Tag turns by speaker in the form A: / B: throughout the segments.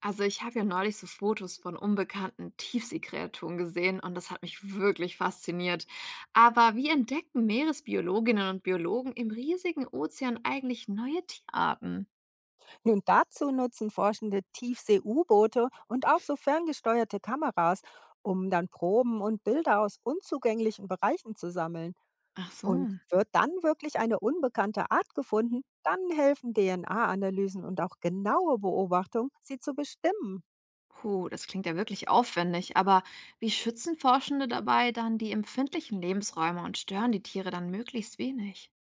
A: Also ich habe ja neulich so Fotos von unbekannten Tiefseekreaturen gesehen und das hat mich wirklich fasziniert. Aber wie entdecken Meeresbiologinnen und Biologen im riesigen Ozean eigentlich neue Tierarten?
B: Nun dazu nutzen Forschende Tiefsee-U-Boote und auch so ferngesteuerte Kameras, um dann Proben und Bilder aus unzugänglichen Bereichen zu sammeln.
A: Ach so.
B: Und wird dann wirklich eine unbekannte Art gefunden, dann helfen DNA-Analysen und auch genaue Beobachtung, sie zu bestimmen.
A: Puh, das klingt ja wirklich aufwendig, aber wie schützen Forschende dabei dann die empfindlichen Lebensräume und stören die Tiere dann möglichst wenig?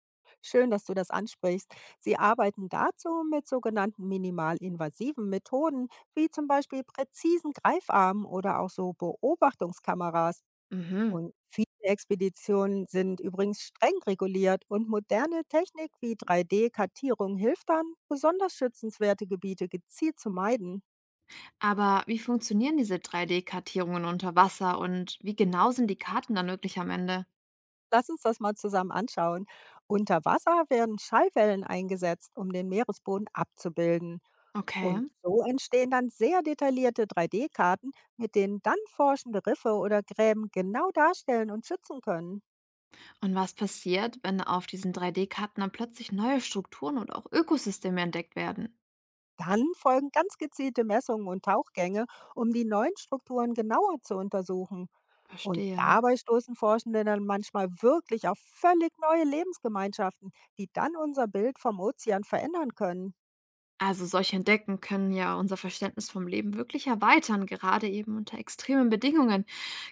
B: Schön, dass du das ansprichst. Sie arbeiten dazu mit sogenannten minimalinvasiven Methoden, wie zum Beispiel präzisen Greifarmen oder auch so Beobachtungskameras.
A: Mhm.
B: Und viele Expeditionen sind übrigens streng reguliert und moderne Technik wie 3D-Kartierung hilft dann, besonders schützenswerte Gebiete gezielt zu meiden.
A: Aber wie funktionieren diese 3D-Kartierungen unter Wasser und wie genau sind die Karten dann wirklich am Ende?
B: Lass uns das mal zusammen anschauen. Unter Wasser werden Schallwellen eingesetzt, um den Meeresboden abzubilden.
A: Okay.
B: Und so entstehen dann sehr detaillierte 3D-Karten, mit denen dann forschende Riffe oder Gräben genau darstellen und schützen können.
A: Und was passiert, wenn auf diesen 3D-Karten dann plötzlich neue Strukturen und auch Ökosysteme entdeckt werden?
B: Dann folgen ganz gezielte Messungen und Tauchgänge, um die neuen Strukturen genauer zu untersuchen. Und
A: Verstehe.
B: dabei stoßen Forschende dann manchmal wirklich auf völlig neue Lebensgemeinschaften, die dann unser Bild vom Ozean verändern können.
A: Also solche Entdecken können ja unser Verständnis vom Leben wirklich erweitern, gerade eben unter extremen Bedingungen.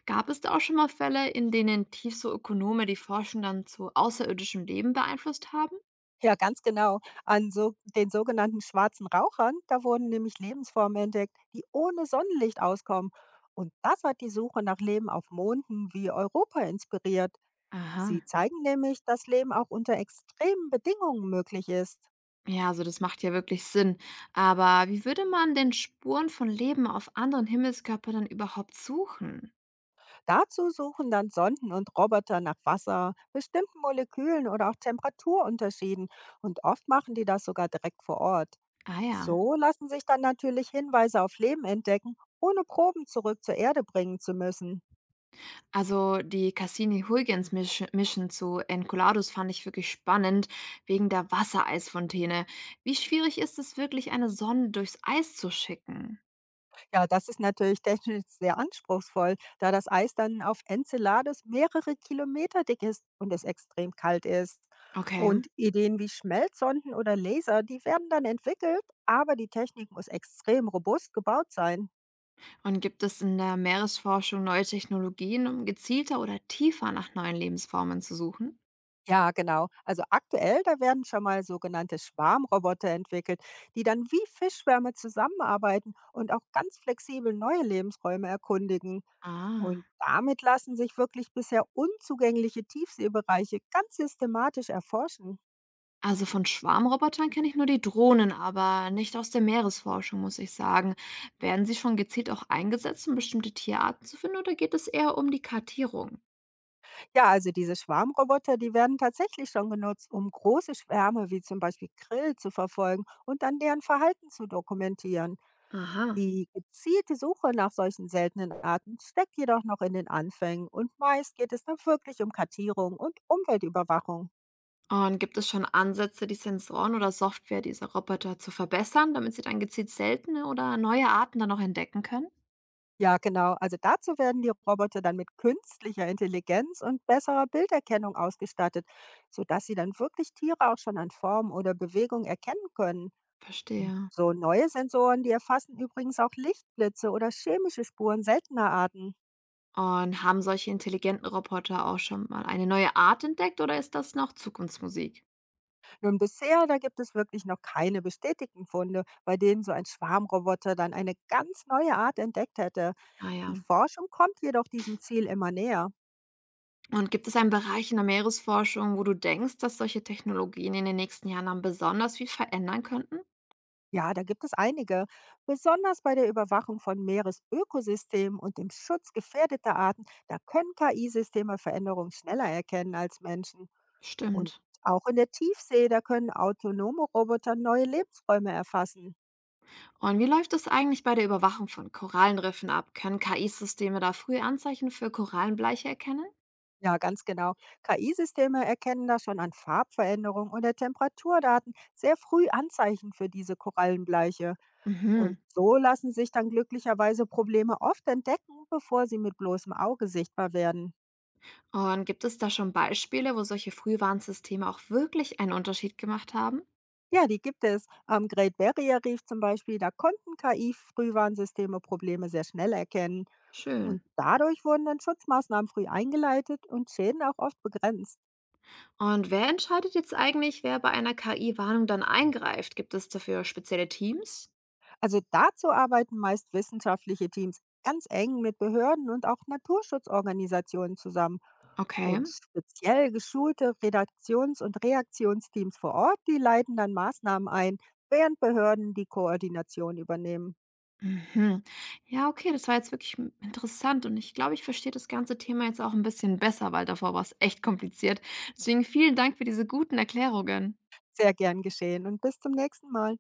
A: Gab es da auch schon mal Fälle, in denen Tiefseeökonome die Forschung dann zu außerirdischem Leben beeinflusst haben?
B: Ja, ganz genau. An so, den sogenannten schwarzen Rauchern, da wurden nämlich Lebensformen entdeckt, die ohne Sonnenlicht auskommen. Und das hat die Suche nach Leben auf Monden wie Europa inspiriert.
A: Aha.
B: Sie zeigen nämlich, dass Leben auch unter extremen Bedingungen möglich ist.
A: Ja, also das macht ja wirklich Sinn. Aber wie würde man denn Spuren von Leben auf anderen Himmelskörpern dann überhaupt suchen?
B: Dazu suchen dann Sonden und Roboter nach Wasser, bestimmten Molekülen oder auch Temperaturunterschieden und oft machen die das sogar direkt vor Ort.
A: Ah ja.
B: So lassen sich dann natürlich Hinweise auf Leben entdecken, ohne Proben zurück zur Erde bringen zu müssen.
A: Also die cassini huygens Mission zu Enceladus fand ich wirklich spannend wegen der Wassereisfontäne. Wie schwierig ist es wirklich, eine Sonde durchs Eis zu schicken?
B: Ja, das ist natürlich technisch sehr anspruchsvoll, da das Eis dann auf Enceladus mehrere Kilometer dick ist und es extrem kalt ist.
A: Okay.
B: Und Ideen wie Schmelzsonden oder Laser, die werden dann entwickelt, aber die Technik muss extrem robust gebaut sein.
A: Und gibt es in der Meeresforschung neue Technologien, um gezielter oder tiefer nach neuen Lebensformen zu suchen?
B: Ja, genau. Also aktuell, da werden schon mal sogenannte Schwarmroboter entwickelt, die dann wie Fischschwärme zusammenarbeiten und auch ganz flexibel neue Lebensräume erkundigen. Und
A: Ah.
B: damit lassen sich wirklich bisher unzugängliche Tiefseebereiche ganz systematisch erforschen.
A: Also von Schwarmrobotern kenne ich nur die Drohnen, aber nicht aus der Meeresforschung, muss ich sagen. Werden sie schon gezielt auch eingesetzt, um bestimmte Tierarten zu finden, oder geht es eher um die Kartierung?
B: Ja, also diese Schwarmroboter, die werden tatsächlich schon genutzt, um große Schwärme wie zum Beispiel Krill zu verfolgen und dann deren Verhalten zu dokumentieren.
A: Aha.
B: Die gezielte Suche nach solchen seltenen Arten steckt jedoch noch in den Anfängen und meist geht es dann wirklich um Kartierung und Umweltüberwachung.
A: Und gibt es schon Ansätze, die Sensoren oder Software dieser Roboter zu verbessern, damit sie dann gezielt seltene oder neue Arten dann noch entdecken können?
B: Ja, genau. Also dazu werden die Roboter dann mit künstlicher Intelligenz und besserer Bilderkennung ausgestattet, sodass sie dann wirklich Tiere auch schon an Form oder Bewegung erkennen können.
A: Verstehe.
B: So neue Sensoren, die erfassen übrigens auch Lichtblitze oder chemische Spuren seltener Arten.
A: Und haben solche intelligenten Roboter auch schon mal eine neue Art entdeckt oder ist das noch Zukunftsmusik?
B: Nun bisher, da gibt es wirklich noch keine bestätigten Funde, bei denen so ein Schwarmroboter dann eine ganz neue Art entdeckt hätte.
A: Ah
B: Die
A: ja.
B: Forschung kommt jedoch diesem Ziel immer näher.
A: Und gibt es einen Bereich in der Meeresforschung, wo du denkst, dass solche Technologien in den nächsten Jahren dann besonders viel verändern könnten?
B: Ja, da gibt es einige. Besonders bei der Überwachung von Meeresökosystemen und dem Schutz gefährdeter Arten, da können KI-Systeme Veränderungen schneller erkennen als Menschen. Und
A: Stimmt.
B: auch in der Tiefsee, da können autonome Roboter neue Lebensräume erfassen.
A: Und wie läuft es eigentlich bei der Überwachung von Korallenriffen ab? Können KI-Systeme da früh Anzeichen für Korallenbleiche erkennen?
B: Ja, ganz genau. KI-Systeme erkennen da schon an Farbveränderungen oder Temperaturdaten sehr früh Anzeichen für diese Korallenbleiche.
A: Mhm.
B: Und so lassen sich dann glücklicherweise Probleme oft entdecken, bevor sie mit bloßem Auge sichtbar werden.
A: Und gibt es da schon Beispiele, wo solche Frühwarnsysteme auch wirklich einen Unterschied gemacht haben?
B: Ja, die gibt es. Am Great Barrier Reef zum Beispiel, da konnten KI-Frühwarnsysteme Probleme sehr schnell erkennen.
A: Schön.
B: Und dadurch wurden dann Schutzmaßnahmen früh eingeleitet und Schäden auch oft begrenzt.
A: Und wer entscheidet jetzt eigentlich, wer bei einer KI-Warnung dann eingreift? Gibt es dafür spezielle Teams?
B: Also dazu arbeiten meist wissenschaftliche Teams ganz eng mit Behörden und auch Naturschutzorganisationen zusammen
A: Okay.
B: und speziell geschulte Redaktions- und Reaktionsteams vor Ort, die leiten dann Maßnahmen ein, während Behörden die Koordination übernehmen.
A: Mhm. Ja, okay, das war jetzt wirklich interessant und ich glaube, ich verstehe das ganze Thema jetzt auch ein bisschen besser, weil davor war es echt kompliziert. Deswegen vielen Dank für diese guten Erklärungen.
B: Sehr gern geschehen und bis zum nächsten Mal.